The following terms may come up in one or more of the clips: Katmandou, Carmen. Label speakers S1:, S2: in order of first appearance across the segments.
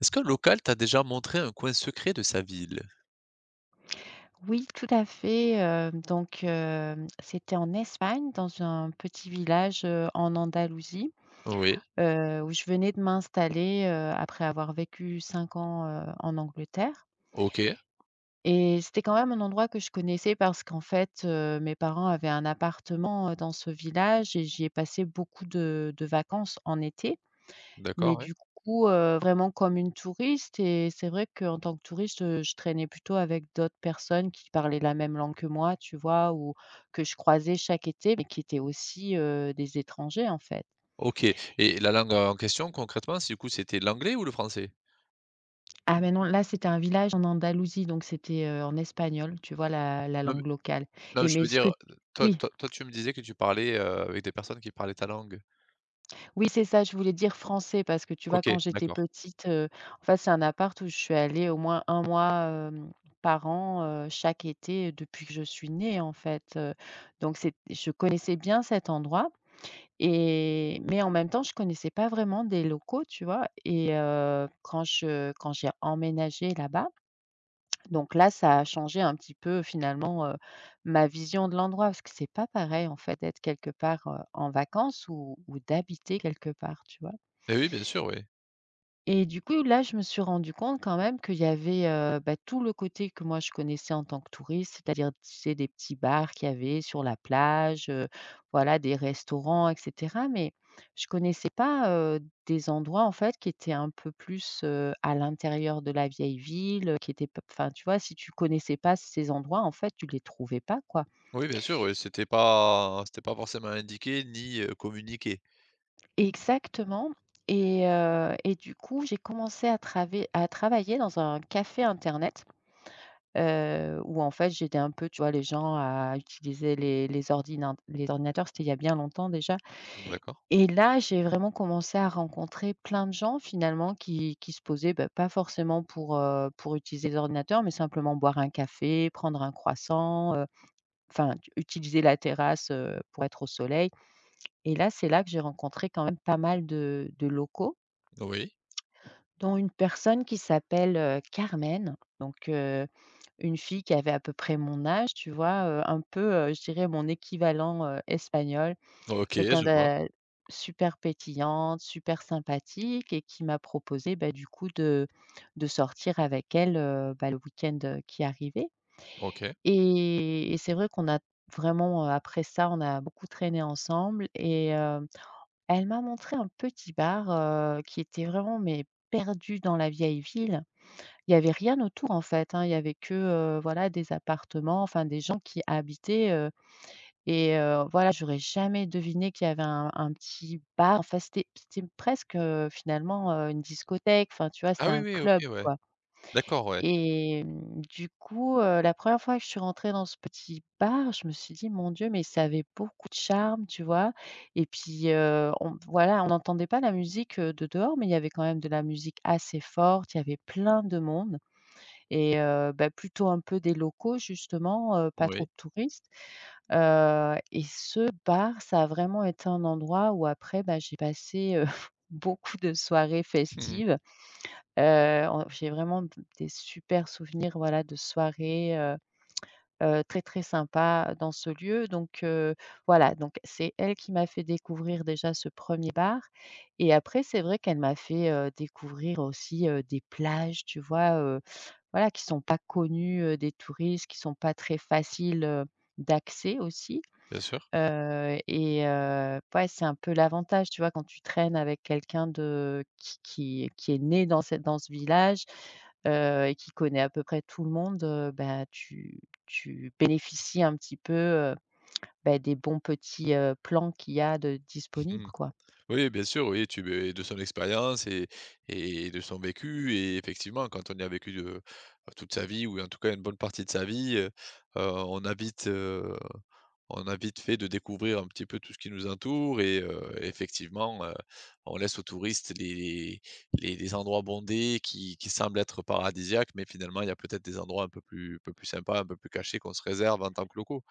S1: Est-ce qu'un local t'a déjà montré un coin secret de sa ville?
S2: Oui, tout à fait, donc c'était en Espagne, dans un petit village, en Andalousie,
S1: Oui,
S2: où je venais de m'installer, après avoir vécu 5 ans, en Angleterre.
S1: OK,
S2: Et c'était quand même un endroit que je connaissais parce qu'en fait, mes parents avaient un appartement, dans ce village et j'y ai passé beaucoup de vacances en été. Mais
S1: d'accord, ouais.
S2: du coup, vraiment comme une touriste. Et c'est vrai qu'en tant que touriste, je traînais plutôt avec d'autres personnes qui parlaient la même langue que moi, tu vois? Ou que je croisais chaque été, mais qui étaient aussi, des étrangers, en fait.
S1: OK, et la langue, en question concrètement, c'est du coup, c'était l'anglais ou le français?
S2: Ah mais non, là, c'était un village en Andalousie, donc c'était, en espagnol, tu vois? La
S1: Non mais
S2: langue locale.
S1: non mais
S2: Et
S1: je
S2: mais
S1: veux
S2: ce que
S1: dire, toi
S2: Oui.
S1: toi toi tu me disais que tu parlais, avec des personnes qui parlaient ta langue.
S2: Oui, c'est ça, je voulais dire français parce que tu vois,
S1: OK,
S2: quand j'étais
S1: d'accord.
S2: petite, en fait, c'est un appart où je suis allée au moins un mois, par an, chaque été depuis que je suis née, en fait, donc c'est je connaissais bien cet endroit. Et mais en même temps, je connaissais pas vraiment des locaux, tu vois? Et quand j'ai emménagé là-bas, donc là, ça a changé un petit peu finalement, ma vision de l'endroit parce que c'est pas pareil, en fait, d'être quelque part, en vacances ou d'habiter quelque part, tu vois?
S1: Eh oui, bien sûr, oui.
S2: Et du coup, là, je me suis rendu compte quand même qu'il y avait, bah, tout le côté que moi je connaissais en tant que touriste, c'est-à-dire, tu sais, des petits bars qu'il y avait sur la plage, voilà, des restaurants et cetera. Mais je connaissais pas, heu, des endroits, en fait, qui étaient un peu plus, à l'intérieur de la vieille ville, qui étaient p enfin, tu vois, si tu connaissais pas ces endroits, en fait, tu les trouvais pas, quoi.
S1: Oui, bien sûr, oui, c'était pas forcément indiqué ni, communiqué.
S2: Exactement. Et du coup, j'ai commencé à travailler dans un café internet. Où en fait j'étais un peu, tu vois, les gens à utiliser les ordinat les ordinateurs, c'était il y a bien longtemps déjà.
S1: D'accord.
S2: Et là, j'ai vraiment commencé à rencontrer plein de gens finalement qui se posaient, bah, pas forcément pour utiliser les ordinateurs, mais simplement boire un café, prendre un croissant, enfin tu utiliser la terrasse, pour être au soleil. Et là, c'est là que j'ai rencontré quand même pas mal de locaux,
S1: Oui.
S2: dont une personne qui s'appelle, Carmen. Donc une fille qui avait à peu près mon âge, tu vois? Un peu, je dirais mon équivalent, espagnol.
S1: OK,
S2: Quelqu'un
S1: je vois.
S2: de super pétillante, super sympathique et qui m'a proposé, bah, du coup de sortir avec elle, bah, le week-end, qui arrivait.
S1: OK.
S2: Et c'est vrai qu'on a vraiment, après ça, on a beaucoup traîné ensemble et elle m'a montré un petit bar, qui était vraiment mais perdu dans la vieille ville. Il y avait rien autour en fait, hein. Il y avait que, voilà des appartements, enfin des gens qui habitaient, et voilà, j'aurais jamais deviné qu'il y avait un petit bar. Enfin c'était presque, finalement, une discothèque, enfin tu vois?
S1: Ah
S2: C'était
S1: oui,
S2: un
S1: oui, OK,
S2: club
S1: ouais.
S2: quoi.
S1: D'accord, ouais.
S2: Et du coup, la première fois que je suis rentrée dans ce petit bar, je me suis dit: «Mon Dieu, mais ça avait beaucoup de charme», tu vois? Et puis, on voilà, on n'entendait pas la musique, de dehors, mais il y avait quand même de la musique assez forte, il y avait plein de monde. Et bah, plutôt un peu des locaux justement, pas trop
S1: Oui.
S2: de touristes, et ce bar, ça a vraiment été un endroit où après, bah, j'ai passé, beaucoup de soirées festives. En J'ai vraiment d des super souvenirs, voilà, de soirées, très, très sympas dans ce lieu. Donc voilà, donc c'est elle qui m'a fait découvrir déjà ce premier bar. Et après c'est vrai qu'elle m'a fait, découvrir aussi, des plages, tu vois? Voilà, qui sont pas connus, des touristes, qui sont pas très faciles, d'accès aussi.
S1: Bien sûr.
S2: Et ouais, c'est un peu l'avantage, tu vois? Quand tu traînes avec quelqu'un de qui est né dans cette dans ce village, et qui connaît à peu près tout le monde, bah, tu bénéficies un petit peu, bah, des bons petits, plans qu'il y a de disponibles,
S1: Mmh.
S2: quoi.
S1: Oui, bien sûr, oui, tu beh, de son expérience et de son vécu et effectivement, quand on y a vécu de toute sa vie ou en tout cas une bonne partie de sa vie, heu, on a vite, heu, on a vite fait de découvrir un petit peu tout ce qui nous entoure et effectivement, on laisse aux touristes les les endroits bondés qui semblent être paradisiaques, mais finalement il y a peut-être des endroits un peu plus sympas, un peu plus cachés qu'on se réserve en tant que locaux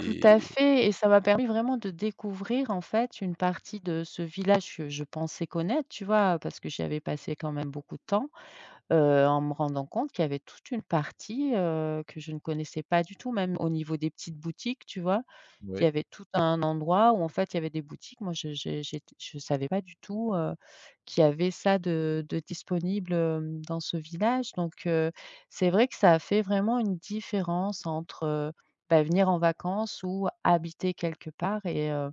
S2: Tout à fait. Et ça m'a permis vraiment de découvrir, en fait, une partie de ce village que je pensais connaître, tu vois? Parce que j'y avais passé quand même beaucoup de temps, en me rendant compte qu'il y avait toute une partie, que je ne connaissais pas du tout, même au niveau des petites boutiques, tu vois?
S1: oui,
S2: Il y avait tout un endroit où en fait il y avait des boutiques, moi je savais pas du tout, qu'il y avait ça de disponible, dans ce village. Donc c'est vrai que ça a fait vraiment une différence entre, bah, venir en vacances ou habiter quelque part.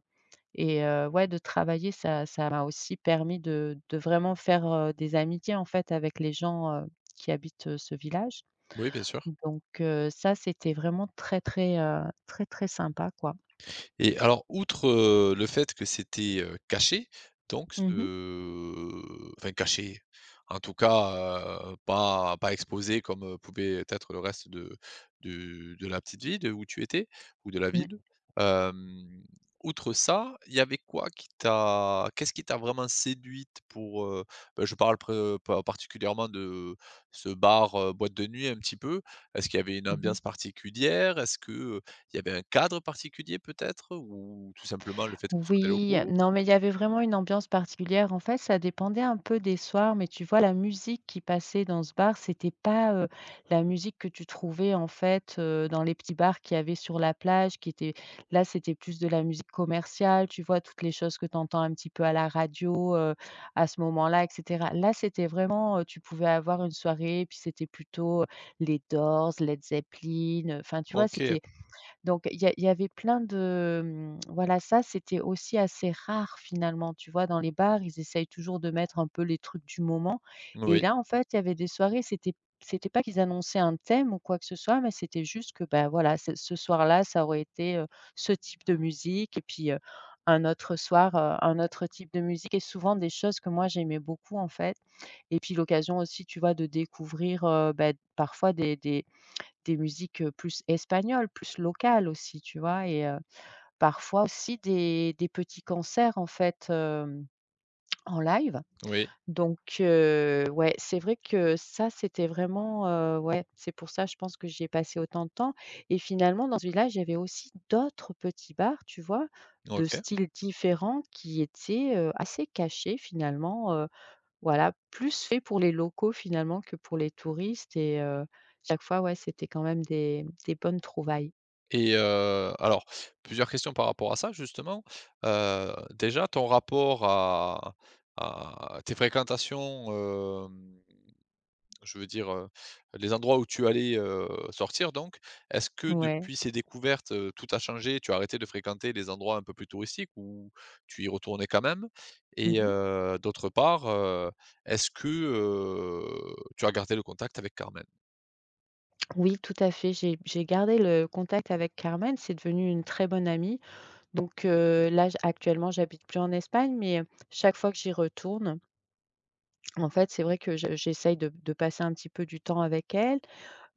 S2: Et ouais, de travailler, ça m'a aussi permis de vraiment faire, des amitiés, en fait, avec les gens, qui habitent, ce village.
S1: oui, bien sûr.
S2: Donc ça, c'était vraiment très, très, très, très sympa, quoi.
S1: Et alors, outre, le fait que c'était, caché, donc
S2: Mmh mh.
S1: ce enfin caché, en tout cas, pas pas exposé comme, pouvait être le reste de de la petite ville de où tu étais ou de la
S2: Mmh.
S1: ville. Hem, outre ça, il y avait quoi qui t'a qu'est-ce qui t'a vraiment séduite pour, bah, je parle pré pas particulièrement de ce bar, boîte de nuit un petit peu. Est-ce qu'il y avait une
S2: Mmh.
S1: ambiance particulière? Est-ce que, il y avait un cadre particulier peut-être? Ou tout simplement le fait que ce soit des
S2: Oui,
S1: locaux?
S2: non, mais il y avait vraiment une ambiance particulière. En fait, ça dépendait un peu des soirs, mais tu vois, la musique qui passait dans ce bar, c'était pas, la musique que tu trouvais, en fait, dans les petits bars qu'il y avait sur la plage, qui était là, c'était plus de la musique commerciale, tu vois? Toutes les choses que tu entends un petit peu à la radio, à ce moment-là, et cetera. Là, c'était vraiment, tu pouvais avoir une soirée, puis c'était plutôt, les Doors, Led Zeppelin, enfin, tu vois?
S1: OK,
S2: C'était. Donc il y avait plein de, voilà, ça, c'était aussi assez rare finalement, tu vois? Dans les bars, ils essayent toujours de mettre un peu les trucs du moment. Et
S1: oui,
S2: là, en fait, il y avait des soirées, c'était pas qu'ils annonçaient un thème ou quoi que ce soit, mais c'était juste que, ben voilà, ce soir-là, ça aurait été, ce type de musique et puis, un autre soir, un autre type de musique et souvent des choses que moi j'aimais beaucoup, en fait. Et puis l'occasion aussi, tu vois, de découvrir, bah, parfois des musiques, plus espagnoles, plus locales aussi, tu vois? Et parfois aussi des petits concerts en fait, en live.
S1: oui,
S2: Donc ouais, c'est vrai que ça, c'était vraiment, ouais, c'est pour ça je pense que j'y ai passé autant de temps. Et finalement dans ce village, il y avait aussi d'autres petits bars, tu vois? De
S1: OK
S2: styles différents qui étaient, assez cachés finalement, voilà, plus fait pour les locaux finalement que pour les touristes. Et chaque fois, ouais, c'était quand même des bonnes trouvailles.
S1: et alors plusieurs questions par rapport à ça justement. Déjà ton rapport à tes fréquentations, hem Je veux dire, les endroits où tu allais, sortir donc, est-ce que
S2: Ouais.
S1: depuis ces découvertes, tout a changé? Tu as arrêté de fréquenter les endroits un peu plus touristiques ou tu y retournais quand même?
S2: Mmh
S1: Et
S2: mh.
S1: d'autre part, est-ce que, tu as gardé le contact avec Carmen?
S2: Oui, tout à fait, j'ai gardé le contact avec Carmen, c'est devenu une très bonne amie. Donc là, j actuellement, j'habite plus en Espagne, mais chaque fois que j'y retourne, en fait, c'est vrai que je j'essaye de passer un petit peu du temps avec elle.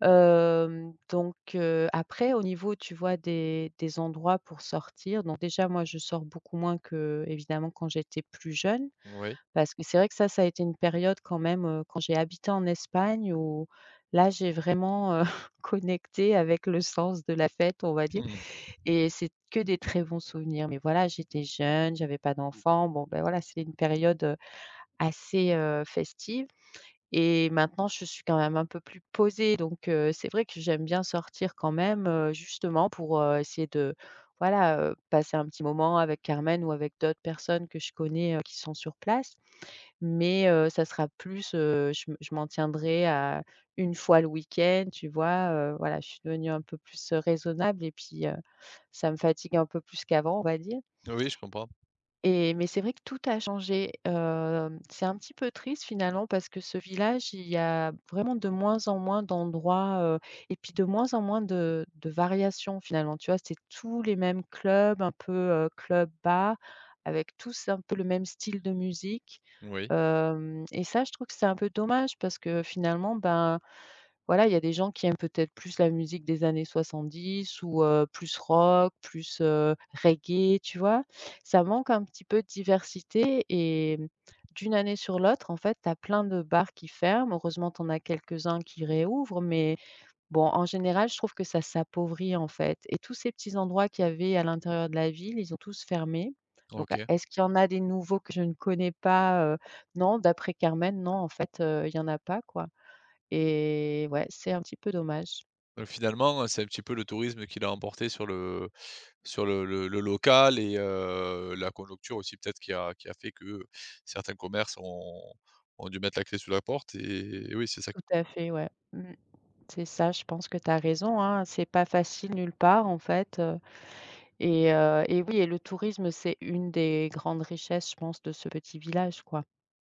S2: Donc après au niveau, tu vois, des endroits pour sortir, donc déjà moi je sors beaucoup moins que, évidemment, quand j'étais plus jeune.
S1: Oui.
S2: Parce que c'est vrai que ça a été une période quand même, quand j'ai habité en Espagne où là j'ai vraiment, connecté avec le sens de la fête, on va dire.
S1: Mmh.
S2: Et c'est que des très bons souvenirs. Mais voilà, j'étais jeune, j'avais pas d'enfant, bon, ben, voilà, c'est une période, assez, festive. Et maintenant, je suis quand même un peu plus posée. Donc c'est vrai que j'aime bien sortir quand même, justement pour, essayer de, voilà, passer un petit moment avec Carmen ou avec d'autres personnes que je connais, qui sont sur place. Mais ça sera plus, je m'en tiendrai à une fois le week-end, tu vois? Voilà, je suis devenue un peu plus, raisonnable et puis, ça me fatigue un peu plus qu'avant, on va dire.
S1: Oui, je comprends.
S2: Et mais c'est vrai que tout a changé, c'est un petit peu triste finalement parce que ce village, il y a vraiment de moins en moins d'endroits, et puis de moins en moins de variations finalement, tu vois? C'est tous les mêmes clubs, un peu, club bar avec tous un peu le même style de musique,
S1: Oui.
S2: hem et ça, je trouve que c'est un peu dommage parce que finalement, ben voilà, il y a des gens qui aiment peut-être plus la musique des années 70 ou plus rock, plus, reggae, tu vois? Ça manque un petit peu de diversité et mmh, d'une année sur l'autre, en fait, tu as plein de bars qui ferment. Heureusement, tu en as quelques-uns qui réouvrent, mais bon, en général, je trouve que ça s'appauvrit, en fait et tous ces petits endroits qu'il y avait à l'intérieur de la ville, ils ont tous fermé. Donc
S1: OK.
S2: est-ce qu'il y en a des nouveaux que je ne connais pas, Non, d'après Carmen, non, en fait, il y n'y en a pas, quoi. Et ouais, c'est un petit peu dommage.
S1: Finalement, c'est un petit peu le tourisme qui l'a emporté sur le le local et la conjoncture aussi peut-être qui a fait que certains commerces ont ont dû mettre la clé sous la porte et oui, c'est ça.
S2: Tout à fait, ouais. Mmh. C'est ça, je pense que tu as raison, hein. C'est pas facile nulle part, en fait, et oui et le tourisme, c'est une des grandes richesses, je pense, de ce petit village, quoi.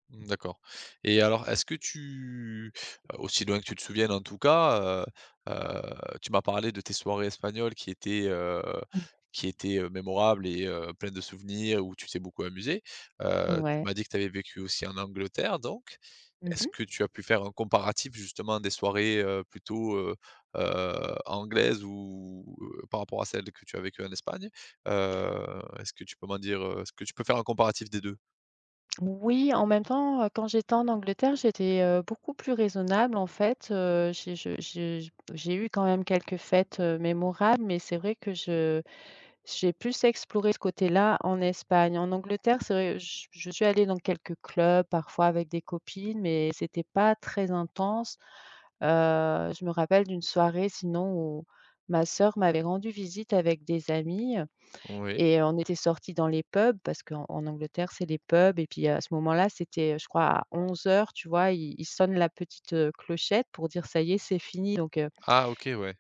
S1: Mmh, d'accord, et alors est-ce que tu aussi loin que tu te souviennes en tout cas, tu m'as parlé de tes soirées espagnoles
S2: Mmh.
S1: qui étaient, mémorables et pleines de souvenirs où tu t'es beaucoup amusé. Tu
S2: Ouais.
S1: m'as dit que tu avais vécu aussi en Angleterre donc. Est-ce
S2: Mmh.
S1: que tu as pu faire un comparatif justement des soirées, plutôt, anglaises ou par rapport à celles que tu as vécues en Espagne? Est-ce que tu peux m'en dire, est-ce que tu peux faire un comparatif des deux?
S2: Oui, en même temps, quand j'étais en Angleterre, j'étais, beaucoup plus raisonnable, en fait, j'ai je j'ai eu quand même quelques fêtes, mémorables, mais c'est vrai que je j'ai plus exploré ce côté-là en Espagne. En Angleterre, c'est vrai, je suis allée dans quelques clubs, parfois avec des copines, mais c'était pas très intense. Heu, je me rappelle d'une soirée sinon où ma sœur m'avait rendu visite avec des amis
S1: Oui.
S2: et on était sortis dans les pubs parce qu'en Angleterre, c'est les pubs et puis à ce moment-là, c'était, je crois, à 11 heures, tu vois? Ils sonnent la petite, clochette pour dire: «Ça y est, c'est fini», donc
S1: Ah OK, ouais.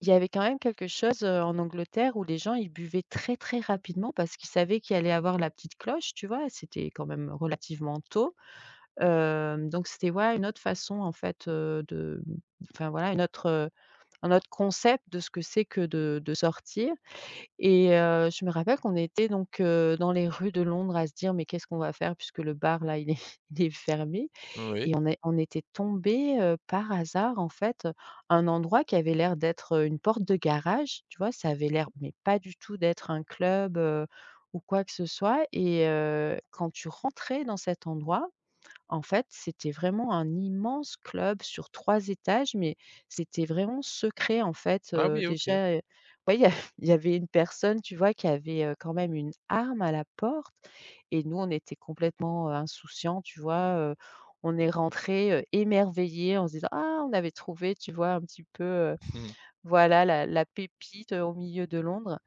S2: il y avait quand même quelque chose, en Angleterre où les gens, ils buvaient très, très rapidement parce qu'ils savaient qu'il allait avoir la petite cloche, tu vois? C'était quand même relativement tôt. Donc c'était, ouais, une autre façon en fait, de voilà, une autre, un autre concept de ce que c'est que de sortir et je me rappelle qu'on était donc, dans les rues de Londres à se dire: «Mais qu'est-ce qu'on va faire puisque le bar là, il est il est fermé?»
S1: Oui.
S2: Et on était tombé par hasard, en fait, à un endroit qui avait l'air d'être, une porte de garage, tu vois? Ça avait l'air mais pas du tout d'être un club, ou quoi que ce soit et quand tu rentrais dans cet endroit en fait, c'était vraiment un immense club sur 3 étages, mais c'était vraiment secret, en fait,
S1: Ah oui, OK.
S2: déjà, ouais, il y a il y avait une personne, tu vois, qui avait, quand même une arme à la porte et nous, on était complètement, insouciants, tu vois? On est rentrés, émerveillés en se disant: «Ah, on avait trouvé», tu vois, un petit peu,
S1: Mmh.
S2: voilà la pépite, au milieu de Londres.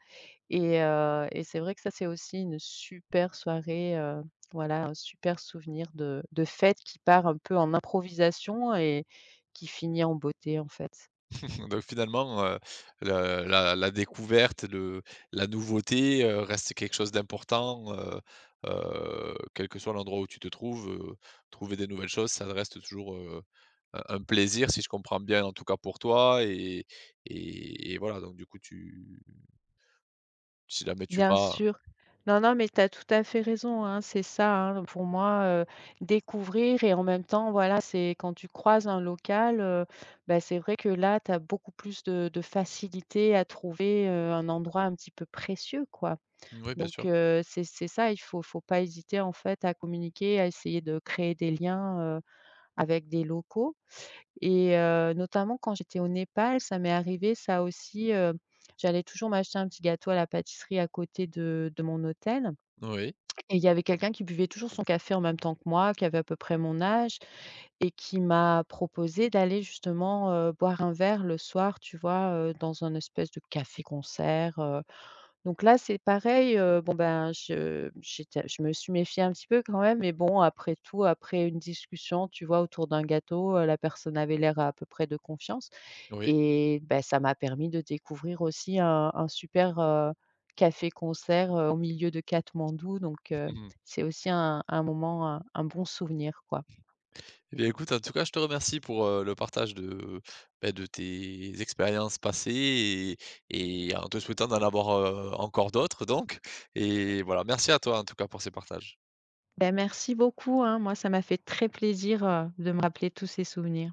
S2: Et c'est vrai que ça, c'est aussi une super soirée, voilà, un super souvenir de fête qui part un peu en improvisation et qui finit en beauté, en fait.
S1: Donc finalement, le la la découverte, le la nouveauté, reste quelque chose d'important, quel que soit l'endroit où tu te trouves, trouver des nouvelles choses, ça reste toujours, un plaisir si je comprends bien, en tout cas pour toi et voilà donc du coup tu si jamais tu
S2: Bien
S1: vas
S2: sûr. Non, non, mais tu as tout à fait raison, hein, c'est ça, hein, pour moi, découvrir et en même temps, voilà, c'est quand tu croises un local, bah, c'est vrai que là, tu as beaucoup plus de facilité à trouver, un endroit un petit peu précieux, quoi.
S1: oui bien sûr.
S2: Donc c'est ça, il faut pas hésiter en fait à communiquer, à essayer de créer des liens, avec des locaux et notamment quand j'étais au Népal, ça m'est arrivé ça aussi, j'allais toujours m'acheter un petit gâteau à la pâtisserie à côté de mon hôtel
S1: Oui,
S2: et il y avait quelqu'un qui buvait toujours son café en même temps que moi, qui avait à peu près mon âge et qui m'a proposé d'aller justement, boire un verre le soir, tu vois, dans un espèce de café concert, donc là, c'est pareil, bon, ben, je me suis méfiée un petit peu quand même, mais bon, après tout, après une discussion, tu vois, autour d'un gâteau, la personne avait l'air à peu près de confiance
S1: oui.
S2: et ben, ça m'a permis de découvrir aussi un super, café-concert, au milieu de Katmandou, donc
S1: Mmh.
S2: c'est aussi un moment, un bon souvenir, quoi.
S1: Eh bien, écoute, en tout cas, je te remercie pour le partage de, ben, de tes expériences passées et en te souhaitant d'en avoir encore d'autres, donc. Et voilà, merci à toi en tout cas pour ces partages.
S2: Ben merci beaucoup, hein, moi, ça m'a fait très plaisir, de me rappeler tous ces souvenirs.